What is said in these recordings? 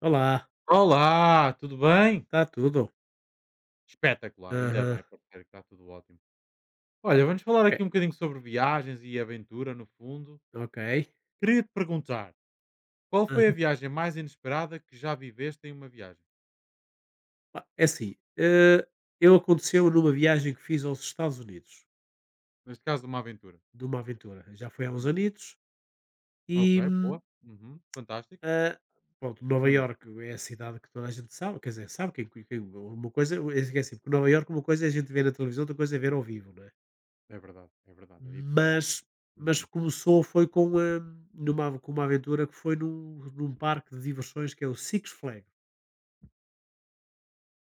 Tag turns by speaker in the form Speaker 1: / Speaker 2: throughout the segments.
Speaker 1: Olá,
Speaker 2: Olá, tudo bem?
Speaker 1: está tudo?
Speaker 2: Espetacular, ainda
Speaker 1: Aham.
Speaker 2: bem, parceiro, que está tudo ótimo. Olha, vamos falar
Speaker 1: É,
Speaker 2: aqui um bocadinho sobre viagens e aventura, no fundo.
Speaker 1: ok.
Speaker 2: Queria te perguntar, qual foi a
Speaker 1: Aham.
Speaker 2: viagem mais inesperada que já viveste em uma viagem?
Speaker 1: Pá, é assim, eu aconteceu numa viagem que fiz aos Estados Unidos,
Speaker 2: Neste caso, uma aventura.
Speaker 1: de uma
Speaker 2: Hum,
Speaker 1: aventura. Já foi há uns
Speaker 2: uhum.
Speaker 1: anitos
Speaker 2: Ok,
Speaker 1: e,
Speaker 2: boa. Uhum, fantástico.
Speaker 1: ah, pronto, Nova
Speaker 2: Hum,
Speaker 1: Iorque é a cidade que toda a gente sabe, quer dizer, sabe quem, uma coisa, é assim, porque Nova Iorque uma coisa é a gente ver na televisão, outra coisa é ver ao vivo, não é?
Speaker 2: é verdade, é verdade, é diferente.
Speaker 1: Mas, mas
Speaker 2: Uhum,
Speaker 1: começou, foi com, numa, com uma aventura que foi num parque de diversões que é o Six Flags.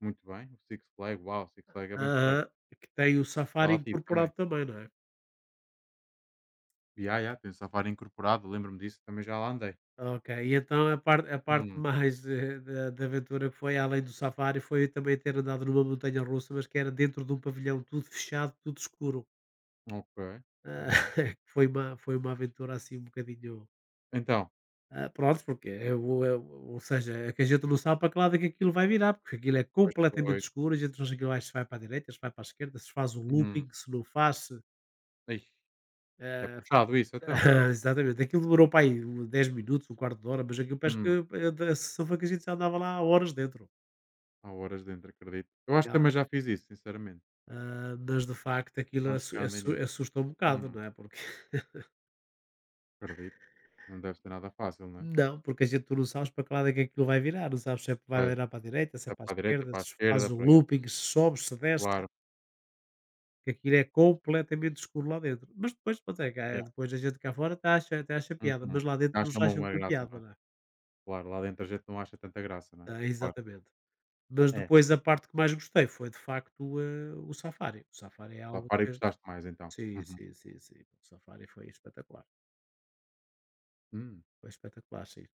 Speaker 2: muito bem, o Six Flag, uau, o Six Flag é bem porreiro.
Speaker 1: Aham. Que tem o
Speaker 2: Está
Speaker 1: safari
Speaker 2: lá ativo também.
Speaker 1: incorporado também, não é?
Speaker 2: E yeah, yeah, tem safari incorporado, lembro-me disso, também já lá andei.
Speaker 1: Ok, e então a parte
Speaker 2: Hum,
Speaker 1: mais, da aventura que foi além do safari foi também ter andado numa montanha russa, mas que era dentro de um pavilhão tudo fechado, tudo escuro.
Speaker 2: Ok,
Speaker 1: Ah,
Speaker 2: muito.
Speaker 1: foi uma aventura assim um bocadinho,
Speaker 2: Então.
Speaker 1: pronto, porque é ou seja, é que a gente não sabe para que lado é que aquilo vai virar, porque aquilo é
Speaker 2: Pois
Speaker 1: completamente
Speaker 2: foi.
Speaker 1: escuro, a gente não sabe se aquilo vai para a direita, se vai para a esquerda, se faz o
Speaker 2: Hum.
Speaker 1: looping, se não faz, se,
Speaker 2: Ai, é
Speaker 1: ah
Speaker 2: puxado isso então.
Speaker 1: exatamente, aquilo demorou para aí um 10 minutos, um quarto de hora, mas aquilo parece que
Speaker 2: Hum.
Speaker 1: a sensação foi que a gente já andava lá há horas dentro.
Speaker 2: Há horas dentro, acredito. Eu acho que
Speaker 1: Ya.
Speaker 2: também já fiz isso, sinceramente.
Speaker 1: Mas de facto aquilo
Speaker 2: Acho que já andei nisso.
Speaker 1: assusta um bocado,
Speaker 2: Hum.
Speaker 1: não é, porque
Speaker 2: Acredito. Não deve ser nada fácil, não é?
Speaker 1: não, porque a gente tu não sabes para que lado é que aquilo vai virar, não sabes se vai
Speaker 2: Pois.
Speaker 1: virar para a direita, se é
Speaker 2: Dá
Speaker 1: para a
Speaker 2: para a direita,
Speaker 1: esquerda,
Speaker 2: para a
Speaker 1: se faz
Speaker 2: esquerda,
Speaker 1: o
Speaker 2: para.
Speaker 1: looping, se sobe, se desce,
Speaker 2: Claro.
Speaker 1: que aquilo é completamente escuro lá dentro. Mas depois, pronto, é
Speaker 2: Yeah.
Speaker 1: cá depois a gente cá fora até acha piada,
Speaker 2: Uhum.
Speaker 1: mas lá dentro
Speaker 2: Acham
Speaker 1: nos acham
Speaker 2: alguma
Speaker 1: tanta
Speaker 2: graça,
Speaker 1: piada,
Speaker 2: não é?
Speaker 1: não é?
Speaker 2: Claro, lá dentro a gente não acha tanta graça, não é? Claro.
Speaker 1: Exatamente. Mas
Speaker 2: É.
Speaker 1: depois a parte que mais gostei foi de facto, o Safari. O Safari é
Speaker 2: Lá
Speaker 1: algo
Speaker 2: para e
Speaker 1: que
Speaker 2: gostaste mais então.
Speaker 1: sim,
Speaker 2: Uhum.
Speaker 1: sim, sim, sim. O Safari
Speaker 2: Hum.
Speaker 1: foi espetacular, sim.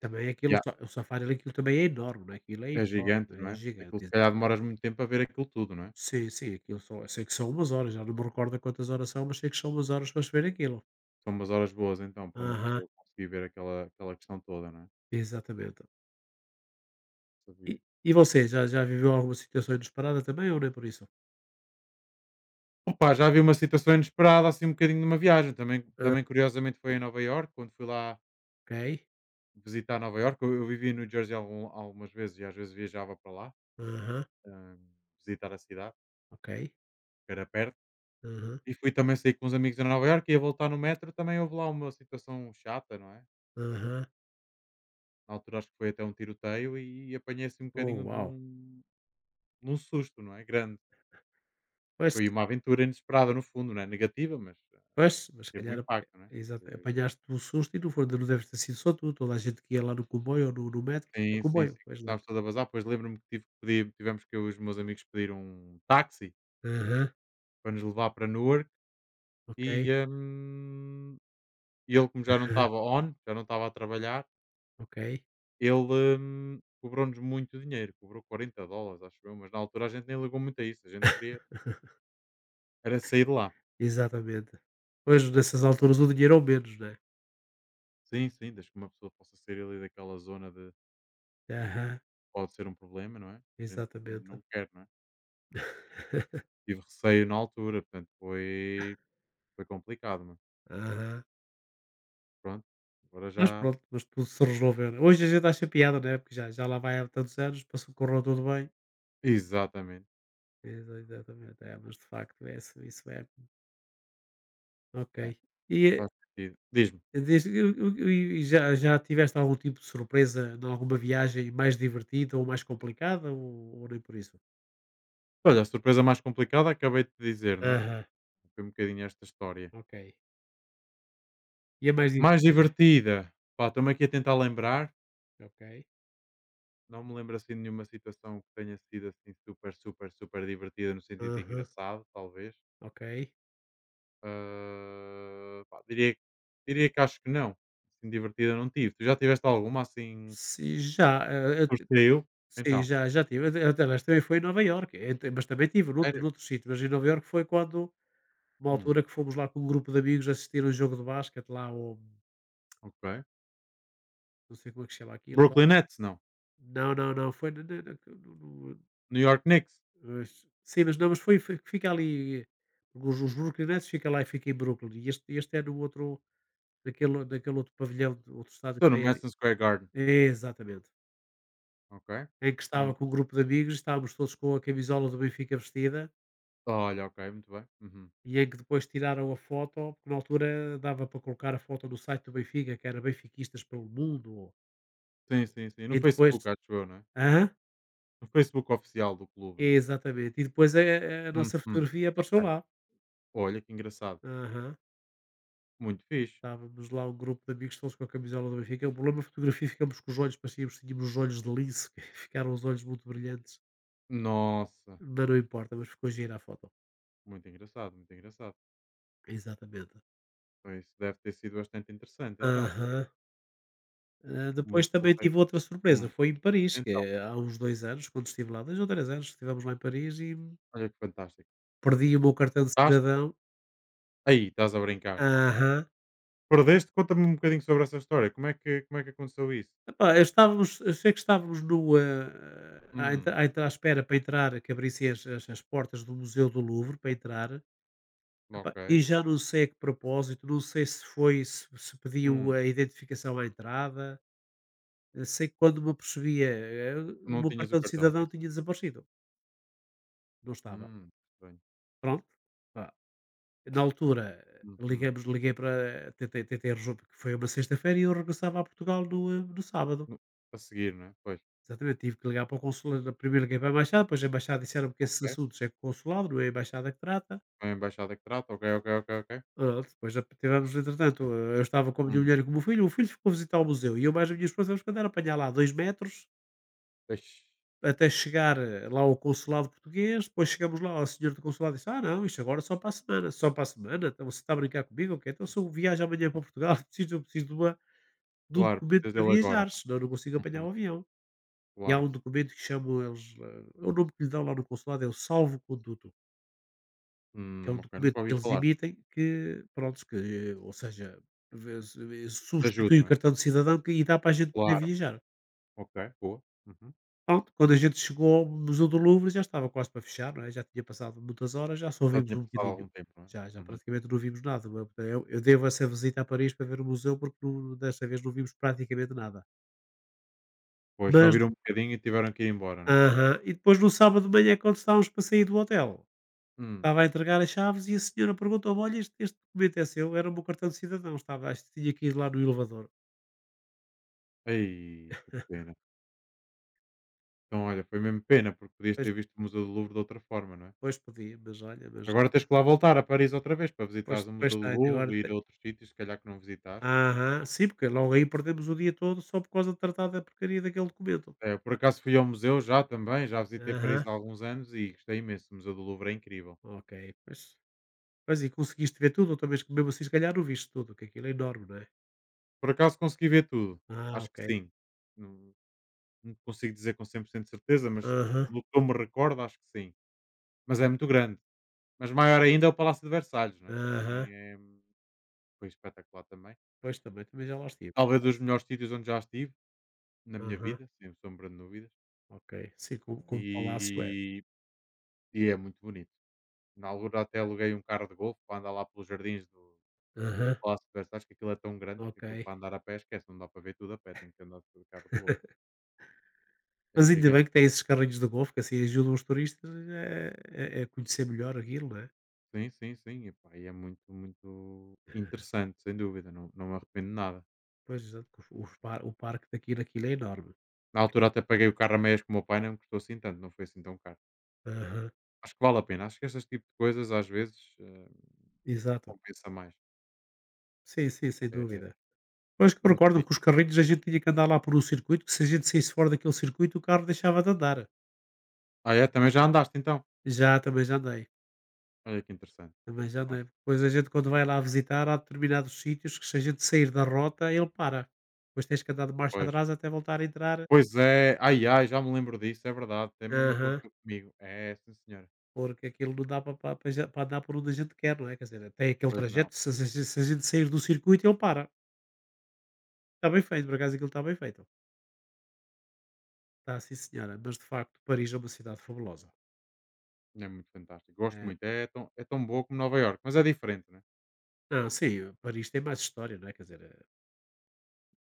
Speaker 1: Também aquilo
Speaker 2: Yeah.
Speaker 1: só o Safari ali aquilo também é enorme, não é, aquilo é
Speaker 2: É gigante,
Speaker 1: enorme,
Speaker 2: não
Speaker 1: é
Speaker 2: é? Aquilo
Speaker 1: gigante,
Speaker 2: se calhar demoras
Speaker 1: exatamente.
Speaker 2: muito tempo a ver aquilo tudo, não é?
Speaker 1: Sim, sim, aquilo são eu sei que são umas horas, já não me recordo a quantas horas são, mas sei que são umas horas para se ver aquilo.
Speaker 2: São umas horas boas então para uma
Speaker 1: Aham,
Speaker 2: pessoa conseguir ver aquela, aquela questão toda, não é?
Speaker 1: exatamente. E
Speaker 2: Sabia.
Speaker 1: e você, já viveu alguma situação inesperada também ou nem por isso?
Speaker 2: Opa, já vi uma situação inesperada, assim, um bocadinho numa viagem. Também,
Speaker 1: Ah,
Speaker 2: também curiosamente, foi em Nova Iorque, quando fui lá
Speaker 1: ok.
Speaker 2: visitar Nova Iorque. Eu vivi no Jersey algumas vezes e às vezes viajava para lá,
Speaker 1: Aham,
Speaker 2: ah, visitar a cidade,
Speaker 1: ok.
Speaker 2: que era perto.
Speaker 1: Aham,
Speaker 2: E fui também sair com uns amigos em Nova Iorque e a voltar no metro também houve lá uma situação chata, não é?
Speaker 1: aham.
Speaker 2: Na altura acho que foi até um tiroteio e apanhei assim um
Speaker 1: Oh,
Speaker 2: bocadinho de
Speaker 1: uau!
Speaker 2: um, de um susto, não é? Grande.
Speaker 1: Pois.
Speaker 2: Foi uma aventura inesperada no fundo, não é? Negativa, mas
Speaker 1: Pois, mas se
Speaker 2: teve um
Speaker 1: calhar
Speaker 2: impacto, não é?
Speaker 1: exato, apanhaste um susto e não foi não deves ter sido só tu, toda a gente que ia lá no comboio ou no metro, no
Speaker 2: Sim, sim,
Speaker 1: comboio,
Speaker 2: sim.
Speaker 1: pois deve,
Speaker 2: Estavas todo a bazar. Pois lembro-me que tivemos que eu e os meus amigos pedir um táxi
Speaker 1: aham,
Speaker 2: para nos levar para Newark
Speaker 1: ok,
Speaker 2: e, hum, e ele, como
Speaker 1: aham,
Speaker 2: já não estava a trabalhar,
Speaker 1: ok,
Speaker 2: ele, cobrou-nos muito dinheiro, cobrou 40 dólares, acho eu, mas na altura a gente nem ligou muito a isso, a gente queria era sair de lá.
Speaker 1: exatamente. Pois, nessas alturas o dinheiro ao menos, né.
Speaker 2: Sim, sim, desde que uma pessoa possa sair ali daquela zona de
Speaker 1: Aham,
Speaker 2: pode ser um problema, não é? A gente
Speaker 1: exatamente,
Speaker 2: não quer, não é? Tive receio na altura, portanto foi complicado, mas
Speaker 1: aham.
Speaker 2: pronto, agora
Speaker 1: Mas
Speaker 2: já.
Speaker 1: pronto, mas tudo se resolveu, né. Hoje a gente acha piada, né, porque já lá vai há tantos anos, passou correu tudo bem.
Speaker 2: Exatamente.
Speaker 1: Exatamente, é, mas de facto é isso é, ok.
Speaker 2: É, faz
Speaker 1: E
Speaker 2: sentido. Diz-me,
Speaker 1: Desde eu e já tiveste algum tipo de surpresa em alguma viagem mais divertida ou mais complicada ou nem por isso?
Speaker 2: olha, a surpresa mais complicada acabei de te dizer, não é?
Speaker 1: Aham,
Speaker 2: Foi um bocadinho esta história.
Speaker 1: ok. E a mais
Speaker 2: Mais
Speaker 1: divertida?
Speaker 2: divertida, pá, estou-me aqui a tentar lembrar.
Speaker 1: Ok.
Speaker 2: Não me lembro assim de nenhuma situação que tenha sido assim super, super, super divertida no sentido de
Speaker 1: Aham,
Speaker 2: engraçado, talvez.
Speaker 1: ok.
Speaker 2: Ah, pá, diria que acho que não. Assim, divertida não tive. Tu já tiveste alguma assim?
Speaker 1: Se já, eu te
Speaker 2: Curtiu?
Speaker 1: sim,
Speaker 2: Então,
Speaker 1: já tive, até até aliás também foi em Nova Iorque, eh, t mas também tive noutro
Speaker 2: sério?
Speaker 1: noutro sítio, mas em Nova Iorque foi quando uma
Speaker 2: Hum,
Speaker 1: altura que fomos lá com um grupo de amigos assistir um jogo de basquete lá ao
Speaker 2: ok.
Speaker 1: não sei como é que se chama aquilo.
Speaker 2: Brooklyn Nets, não.
Speaker 1: Não, não, não, foi na.
Speaker 2: New York Knicks.
Speaker 1: Mas, sim, mas não, mas foi que fica ali, os Brooklynets fica lá e fica em Brooklyn, e este é no outro, naquele outro pavilhão do outro estádio que
Speaker 2: Estou no
Speaker 1: tem ali.
Speaker 2: Madison Square Garden.
Speaker 1: É, exatamente.
Speaker 2: Ok.
Speaker 1: Em que estava
Speaker 2: Hum.
Speaker 1: com um grupo de amigos, estávamos todos com a camisola do Benfica vestida,
Speaker 2: Olha, ok, muito bem. Uhum.
Speaker 1: e em que depois tiraram a foto, porque na altura dava para colocar a foto no site do Benfica, que era Benfiquistas pelo Mundo, ou
Speaker 2: Sim, sim, sim. No
Speaker 1: e depois,
Speaker 2: Facebook, acho eu, não é?
Speaker 1: aham,
Speaker 2: No Facebook oficial do clube, não é?
Speaker 1: exatamente, e depois a nossa
Speaker 2: Uhum.
Speaker 1: fotografia
Speaker 2: Ok.
Speaker 1: apareceu lá.
Speaker 2: Olha que engraçado.
Speaker 1: Aham.
Speaker 2: Muito fixe.
Speaker 1: Estávamos lá um grupo de amigos todos com a camisola do Benfica. O problema da fotografia ficamos com os olhos, parecíamos que tínhamos os olhos de lince, que ficaram os olhos muito brilhantes,
Speaker 2: Nossa,
Speaker 1: mas não importa, mas ficou gira a foto.
Speaker 2: muito engraçado, muito engraçado.
Speaker 1: Exatamente.
Speaker 2: Então, isso deve ter sido bastante interessante, então.
Speaker 1: Aham. Depois
Speaker 2: Muito
Speaker 1: também
Speaker 2: porreiro.
Speaker 1: tive outra surpresa,
Speaker 2: Hum.
Speaker 1: foi em Paris, que
Speaker 2: Então,
Speaker 1: é há uns dois anos, quando estive lá, dois ou três anos, estivemos lá em Paris e
Speaker 2: olha que fantástico.
Speaker 1: perdi o meu cartão de
Speaker 2: Estás
Speaker 1: cidadão.
Speaker 2: aí, estás a brincar.
Speaker 1: Aham.
Speaker 2: Perdeste? Conta-me um bocadinho sobre essa história. Como é que aconteceu isso?
Speaker 1: Epá, eu sei que estávamos no, ah, à,
Speaker 2: Hum,
Speaker 1: entra- à entra- à espera para entrar, que abrissem as portas do Museu do Louvre para entrar. Epá, e
Speaker 2: ok.
Speaker 1: já não sei a que propósito, não sei se foi, se pediu
Speaker 2: Hum.
Speaker 1: a identificação à entrada, sei que quando me apercebia, o
Speaker 2: Não
Speaker 1: meu
Speaker 2: tinhas o
Speaker 1: cartão de
Speaker 2: cartão, é
Speaker 1: cidadão
Speaker 2: isso?
Speaker 1: tinha desaparecido, não estava.
Speaker 2: Estranho.
Speaker 1: Pronto, pá, na altura,
Speaker 2: Uhum.
Speaker 1: liguei para, tentei resolver, que foi uma sexta-feira e eu regressava a Portugal no sábado.
Speaker 2: No a seguir, não é? Pois,
Speaker 1: Exatamente, tive que ligar para o consulado, primeiro liguei para a embaixada, depois a embaixada disseram que esses
Speaker 2: ok.
Speaker 1: assuntos é com o consulado, não é a embaixada que trata.
Speaker 2: É a embaixada que trata, ok, ok, ok, ok.
Speaker 1: Pronto, depois tivemos, entretanto, eu estava com a minha
Speaker 2: Hum.
Speaker 1: mulher e com o meu filho, o filho ficou a visitar o museu e eu mais a minha esposa, tivemos que andar a apanhar lá dois metros
Speaker 2: Pois,
Speaker 1: até chegar lá ao consulado português, depois chegamos lá, a senhora do consulado disse, ah não, isto agora é só para a semana, só para a semana, então você está a brincar comigo, ok? Então se eu viajo amanhã para Portugal, eu preciso de um
Speaker 2: claro,
Speaker 1: documento
Speaker 2: precisas
Speaker 1: para
Speaker 2: dele agora.
Speaker 1: viajar, senão não consigo apanhar
Speaker 2: Uhum,
Speaker 1: o avião. E há
Speaker 2: claro.
Speaker 1: um documento que chamam eles, é o nome que lhe dão lá no consulado é o salvo-conduto. Que é um
Speaker 2: Ok,
Speaker 1: documento
Speaker 2: nunca
Speaker 1: que
Speaker 2: ouvi
Speaker 1: eles
Speaker 2: falar.
Speaker 1: emitem que, pronto que ou seja, vê se
Speaker 2: Te
Speaker 1: substitui
Speaker 2: ajuda,
Speaker 1: o
Speaker 2: não é?
Speaker 1: cartão de cidadão que e dá para a gente poder
Speaker 2: Claro,
Speaker 1: viajar.
Speaker 2: ok, boa. Uhum.
Speaker 1: Pronto, quando a gente chegou ao Museu do Louvre já estava quase para fechar, não é, já tinha passado muitas horas, já só
Speaker 2: Já
Speaker 1: vimos
Speaker 2: tinha
Speaker 1: um
Speaker 2: passado
Speaker 1: bocadinho,
Speaker 2: algum tempo, não é?
Speaker 1: já
Speaker 2: Uhum.
Speaker 1: praticamente não vimos nada, não é, eu devo essa visita a Paris para ver o museu porque não desta vez não vimos praticamente nada.
Speaker 2: Pois, já
Speaker 1: Mas
Speaker 2: ouviram um bocadinho e tiveram que ir embora, não é?
Speaker 1: aham, e depois no sábado de manhã quando estávamos para sair do hotel,
Speaker 2: Hum.
Speaker 1: estava a entregar as chaves e a senhora perguntou: olha, este documento é seu, era o meu cartão de cidadão, estava, acho que tinha que ir lá no elevador.
Speaker 2: Ai, que pena. Então, olha, foi mesmo pena, porque podias
Speaker 1: Pois,
Speaker 2: ter visto o Museu do Louvre de outra forma, não é?
Speaker 1: pois podia, mas olha, mas
Speaker 2: Agora tens que lá voltar a Paris outra vez para
Speaker 1: depois,
Speaker 2: visitares o
Speaker 1: depois
Speaker 2: Museu do
Speaker 1: tenho, agora
Speaker 2: Louvre e ir
Speaker 1: tenho.
Speaker 2: a outros sítios, se calhar que não visitaste.
Speaker 1: Aham, sim, porque logo aí perdemos o dia todo só por causa de tratar da porcaria daquele documento.
Speaker 2: É, eu por acaso fui ao museu já também, já visitei
Speaker 1: Aham,
Speaker 2: Paris há alguns anos e gostei imenso. O Museu do Louvre é incrível.
Speaker 1: ok, pois. Pois e conseguiste ver tudo, outra vez que mesmo assim se calhar não viste tudo, que aquilo é enorme, não é?
Speaker 2: Por acaso consegui ver tudo?
Speaker 1: Ah,
Speaker 2: Acho
Speaker 1: ok.
Speaker 2: que sim. Não, não consigo dizer com 100% de certeza, mas
Speaker 1: Aham,
Speaker 2: do que eu me recordo, acho que sim. Mas é muito grande. Mas maior ainda é o Palácio de Versalhes, não é?
Speaker 1: aham,
Speaker 2: Também é, foi espetacular também.
Speaker 1: pois também já lá estive.
Speaker 2: Talvez
Speaker 1: Por,
Speaker 2: dos melhores sítios onde já estive na minha
Speaker 1: aham,
Speaker 2: vida, sem sombra de dúvidas.
Speaker 1: ok. Sim, como palácio é.
Speaker 2: E, e é muito bonito. Na altura até aluguei um carro de golfe para andar lá pelos jardins do. No
Speaker 1: Aham,
Speaker 2: Palácio de Versalhes, que aquilo é tão grande que
Speaker 1: ok.
Speaker 2: aquilo para andar a pé esquece, não dá para ver tudo a pé, tem que andar de carro do golfe. É
Speaker 1: Mas ainda bem
Speaker 2: gigante.
Speaker 1: que tem esses carrinhos de golfe que assim ajudam os turistas a conhecer melhor aquilo, não é?
Speaker 2: Sim, sim, sim. Epá, e é muito, muito interessante, sem dúvida. Não, não me arrependo de nada.
Speaker 1: Pois, exato, que o os par o parque daquilo aquilo é enorme.
Speaker 2: Na altura até paguei o carro a meias com o meu pai, não me custou assim tanto, não foi assim tão caro.
Speaker 1: Aham,
Speaker 2: Acho que vale a pena. Acho que estes tipo de coisas às vezes
Speaker 1: exato.
Speaker 2: compensa mais.
Speaker 1: Sim, sim, sem dúvida.
Speaker 2: Eh,
Speaker 1: Pois que eu recordo que os
Speaker 2: beneficia.
Speaker 1: carrinhos a gente tinha que andar lá por um circuito, que se a gente saísse fora daquele circuito o carro deixava de andar.
Speaker 2: Ah, é? Também já andaste então?
Speaker 1: Já, também já andei,
Speaker 2: Olha que interessante.
Speaker 1: também já
Speaker 2: Muito bem.
Speaker 1: andei. Pois a gente quando vai lá visitar há determinados sítios que se a gente sair da rota ele para. Depois tens que andar de marcha
Speaker 2: Pois.
Speaker 1: atrás até voltar a entrar.
Speaker 2: Pois é. Ai, ai, já me lembro disso, é verdade. Até mesmo
Speaker 1: Aham.
Speaker 2: aconteceu comigo. É, sim senhora.
Speaker 1: Porque aquilo não dá para já para andar por onde a gente quer, não é, quer dizer, tem aquele
Speaker 2: Pois não.
Speaker 1: trajeto, se a gente sair do circuito ele para. Está bem feito, por acaso aquilo está bem feito. Está sim senhora, mas de facto Paris é uma cidade fabulosa.
Speaker 2: É muito fantástico. Gosto
Speaker 1: Eh,
Speaker 2: muito. É tão boa como Nova York mas é diferente, né?
Speaker 1: não, sim, Paris tem mais história, não é, quer dizer,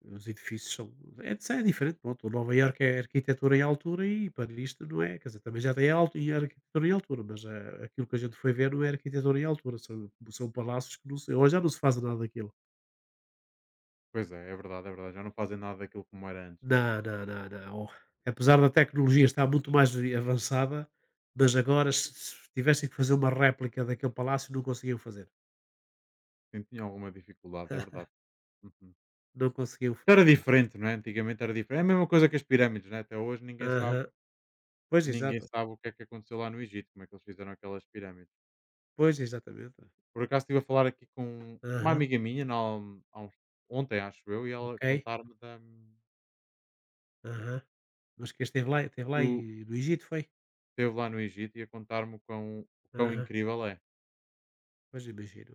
Speaker 1: os edifícios são é de é diferente, pronto, Nova Iorque é arquitetura em altura e Paris não é, quer dizer, também já tem alto e arquitetura em altura, mas, aquilo que a gente foi ver não é arquitetura em altura, são palácios que não se hoje já não se faz nada daquilo.
Speaker 2: Pois é, é verdade, é verdade. Já não fazem nada daquilo como era antes, né?
Speaker 1: Não, não, não, não. Apesar da tecnologia estar muito mais avançada, mas agora se tivessem que fazer uma réplica daquele palácio não conseguiam fazer.
Speaker 2: Sim, tinha alguma dificuldade, é verdade. Uhum.
Speaker 1: Não conseguiam f
Speaker 2: Era diferente, não é? Antigamente era diferente. É a mesma coisa que as pirâmides, né? Até hoje
Speaker 1: aham. Pois,
Speaker 2: ninguém
Speaker 1: exato.
Speaker 2: sabe o que é que aconteceu lá no Egito, como é que eles fizeram aquelas pirâmides.
Speaker 1: Pois, exatamente.
Speaker 2: Por acaso estive a falar aqui com uma
Speaker 1: Aham,
Speaker 2: amiga minha na, há uns- ontem, acho eu, e ela
Speaker 1: ok.
Speaker 2: contar-me da.
Speaker 1: Aham. Mas que esteve lá
Speaker 2: O
Speaker 1: e no Egito, foi?
Speaker 2: Esteve lá no Egito e a contar-me o quão
Speaker 1: Aham.
Speaker 2: incrível é.
Speaker 1: Pois, imagino.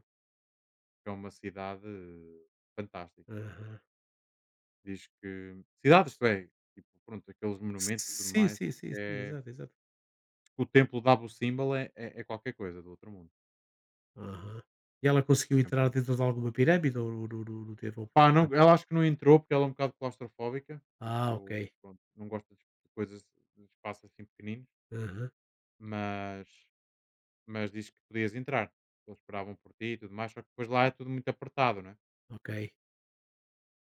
Speaker 2: Que é uma cidade fantástica.
Speaker 1: Aham.
Speaker 2: Diz que cidade, isto é, tipo, pronto, aqueles monumentos e tudo
Speaker 1: Sim,
Speaker 2: mais,
Speaker 1: sim,
Speaker 2: diz
Speaker 1: sim,
Speaker 2: que
Speaker 1: sim.
Speaker 2: é
Speaker 1: Exato, exato.
Speaker 2: que o templo de Abu Simbel é qualquer coisa do outro mundo.
Speaker 1: Aham. E ela conseguiu
Speaker 2: Tipo,
Speaker 1: entrar dentro de alguma pirâmide ou não teve a
Speaker 2: pá, não
Speaker 1: oportunidade?
Speaker 2: ela acho que não entrou, porque ela é um bocado claustrofóbica,
Speaker 1: Ah, ok.
Speaker 2: tipo, pronto, não gosta de coisas, de espaços assim pequeninos,
Speaker 1: Aham,
Speaker 2: mas diz que podias entrar. Eles esperavam por ti e tudo mais, só que depois lá é tudo muito apertado, né,
Speaker 1: ok.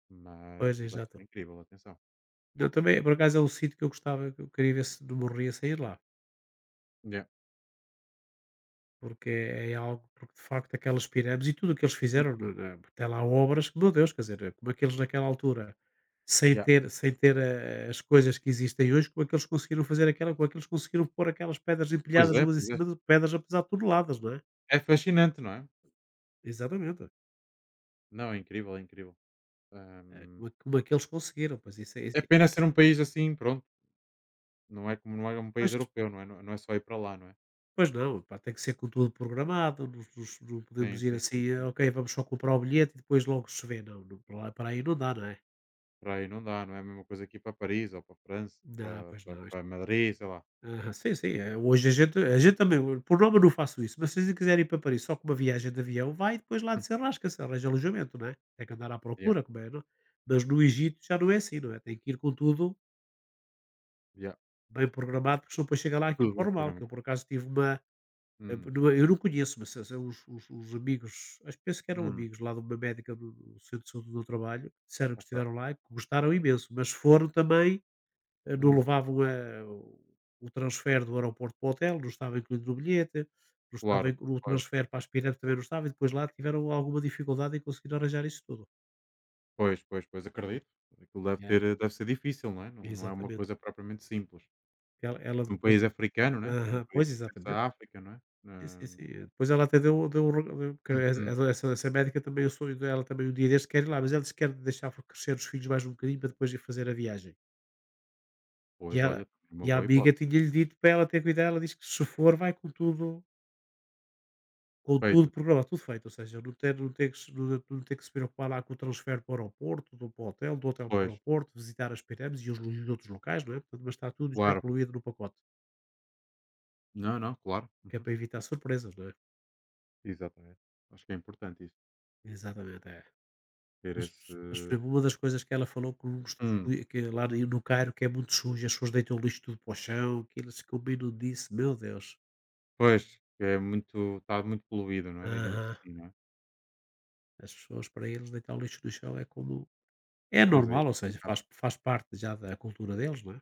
Speaker 2: mas
Speaker 1: Pois,
Speaker 2: aquilo deve
Speaker 1: exato.
Speaker 2: ser incrível, atenção.
Speaker 1: Eu também, por acaso é um sítio que eu gostava, que eu queria ver se não morria sair lá,
Speaker 2: Yeah.
Speaker 1: porque é algo, porque de facto aquelas pirâmides e tudo o que eles fizeram,
Speaker 2: Uhum.
Speaker 1: até lá obras, que, meu Deus, quer dizer, como é que eles naquela altura,
Speaker 2: Yeah.
Speaker 1: sem ter as coisas que existem hoje, como é que eles conseguiram fazer aquela, como é que eles conseguiram pôr aquelas pedras
Speaker 2: Pois
Speaker 1: empilhadas
Speaker 2: é,
Speaker 1: umas em
Speaker 2: pois é.
Speaker 1: cima de pedras, apesar de toneladas, não é?
Speaker 2: É fascinante, não é?
Speaker 1: Exatamente.
Speaker 2: Não, é incrível, é incrível.
Speaker 1: É, como, é, como é que eles conseguiram, pois isso é. Isso
Speaker 2: É pena ser um país assim, pronto, não é como não é um
Speaker 1: é.
Speaker 2: país europeu, não é não não é só ir para lá, não é?
Speaker 1: Pois não, pá, tem que ser com tudo programado, não, não podemos
Speaker 2: Sim,
Speaker 1: ir
Speaker 2: sim, sim,
Speaker 1: assim, "Ah,
Speaker 2: sim.
Speaker 1: ok, vamos só comprar o bilhete e depois logo se vê." Não, não para, para aí não dá, não é?
Speaker 2: Para aí não dá, não é a mesma coisa aqui para Paris ou para França,
Speaker 1: Não,
Speaker 2: para
Speaker 1: pois
Speaker 2: para
Speaker 1: não.
Speaker 2: para Madrid, sei lá.
Speaker 1: Aham, sim, sim. é, Hoje a gente também, eu, por nome eu não faço isso, mas se vocês quiserem ir para Paris só com uma viagem de avião, vai e depois lá
Speaker 2: Hum,
Speaker 1: desenrasca-se, arranja alojamento, não é? Tem que andar à
Speaker 2: yeah,
Speaker 1: procura, como é, não? Mas no Egito já não é assim, não é? Tem que ir com tudo
Speaker 2: yeah,
Speaker 1: bem programado, porque senão depois chega lá aquilo
Speaker 2: tudo bem
Speaker 1: corre mal, que eu por
Speaker 2: programado.
Speaker 1: acaso tive uma.
Speaker 2: Hum,
Speaker 1: Não é, eu não conheço, mas se são os uns uns amigos, acho que penso que eram
Speaker 2: hum,
Speaker 1: amigos lá de uma médica do centro de saúde do trabalho, disseram que estiveram
Speaker 2: ok,
Speaker 1: lá e que gostaram imenso, mas foram também, não
Speaker 2: hum,
Speaker 1: levavam, o transfer do aeroporto para o hotel, não estava incluído no bilhete, não estava
Speaker 2: claro,
Speaker 1: inclu o
Speaker 2: pois,
Speaker 1: transfer para as pirâmides também não estava e depois lá tiveram alguma dificuldade em conseguir arranjar isso tudo.
Speaker 2: pois, pois, pois, acredito. Aquilo
Speaker 1: Yeah,
Speaker 2: deve ser difícil,
Speaker 1: exatamente.
Speaker 2: não é? Não não é uma coisa
Speaker 1: Exatamente.
Speaker 2: propriamente simples.
Speaker 1: Ela
Speaker 2: Um
Speaker 1: depois
Speaker 2: país africano, né, um
Speaker 1: aham,
Speaker 2: país
Speaker 1: pois,
Speaker 2: que pertence
Speaker 1: exatamente.
Speaker 2: à África, não é?
Speaker 1: Sim, sim, sim. Depois ela até deu porque essa
Speaker 2: Uhum,
Speaker 1: essa essa médica também o sonho dela também um dia destes quer ir lá, mas ela disse que quer deixar crescer os filhos mais um bocadinho para depois ir fazer a viagem. E
Speaker 2: pois
Speaker 1: ela
Speaker 2: olha, também é uma
Speaker 1: e a
Speaker 2: boa
Speaker 1: amiga
Speaker 2: hipótese.
Speaker 1: tinha-lhe dito para ela ter cuidado, ela disse que se for vai com tudo
Speaker 2: Perfeito, né?
Speaker 1: programado, tudo feito, ou seja, não tem não ter que se não não ter que se preocupar lá com o transfer para o aeroporto, do para o hotel, do hotel para o
Speaker 2: Pois,
Speaker 1: aeroporto, visitar as pirâmides e os lu e os outros locais, não é, portanto, mas está tudo já
Speaker 2: claro.
Speaker 1: incluído no pacote,
Speaker 2: Não, não, claro.
Speaker 1: que é
Speaker 2: Uhum.
Speaker 1: para evitar surpresas, não é?
Speaker 2: Exatamente. Acho que é importante isso,
Speaker 1: Exatamente, é.
Speaker 2: ter
Speaker 1: Mas mas foi
Speaker 2: esse.
Speaker 1: uma das coisas que ela falou que não,
Speaker 2: Hum,
Speaker 1: que lá no Cairo que é muito sujo, as pessoas deitam o lixo tudo para o chão, que eles ficam bem, disse, meu Deus.
Speaker 2: pois, que é muito. Está muito poluído, não é? Digamos
Speaker 1: Aham.
Speaker 2: assim, não é?
Speaker 1: As pessoas para eles deitar o lixo no chão é como é
Speaker 2: Pois é, é
Speaker 1: normal, ou seja,
Speaker 2: complicado.
Speaker 1: faz parte já da cultura deles, não é?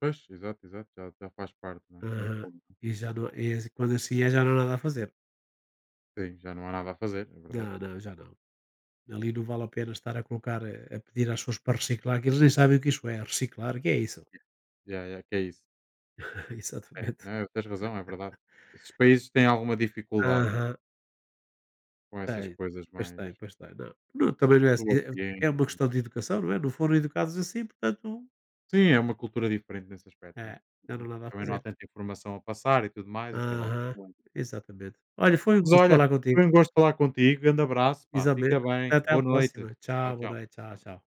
Speaker 2: Pois, exato, exato, já, já faz parte, não é? No
Speaker 1: Aham.
Speaker 2: fundo.
Speaker 1: E já não, e assim, quando assim é já não há nada a fazer.
Speaker 2: Sim, já não há nada a fazer, é verdade.
Speaker 1: Não, não, já não. Ali não vale a pena estar a colocar, a pedir às pessoas para reciclar, que eles nem sabem o que isso é, reciclar, que é isso?
Speaker 2: Já é que é isso. É,
Speaker 1: Exatamente.
Speaker 2: não, é? Tens razão, é verdade. Esses países têm alguma dificuldade
Speaker 1: Aham.
Speaker 2: com essas
Speaker 1: Tem,
Speaker 2: coisas
Speaker 1: pois
Speaker 2: mais
Speaker 1: tem, pois tem. Não, não, também não é assim,
Speaker 2: do
Speaker 1: é
Speaker 2: ambiente e
Speaker 1: uma
Speaker 2: tudo
Speaker 1: questão
Speaker 2: mais.
Speaker 1: de educação, não é? Não foram educados assim, portanto,
Speaker 2: Sim, é uma cultura diferente nesse aspecto, não é?
Speaker 1: é, já não há
Speaker 2: Uhum.
Speaker 1: nada a
Speaker 2: Também não há
Speaker 1: fazer.
Speaker 2: tanta informação a passar e tudo mais, e tem logo.
Speaker 1: Aham, exatamente. Olha, foi um
Speaker 2: Mas
Speaker 1: gosto
Speaker 2: olha,
Speaker 1: falar
Speaker 2: foi
Speaker 1: contigo,
Speaker 2: um gosto falar contigo, grande abraço, pá,
Speaker 1: exatamente.
Speaker 2: fica bem,
Speaker 1: Até a
Speaker 2: boa noite.
Speaker 1: próxima.
Speaker 2: Tchau,
Speaker 1: Tchau, boa
Speaker 2: tchau.
Speaker 1: noite. Tchau, tchau.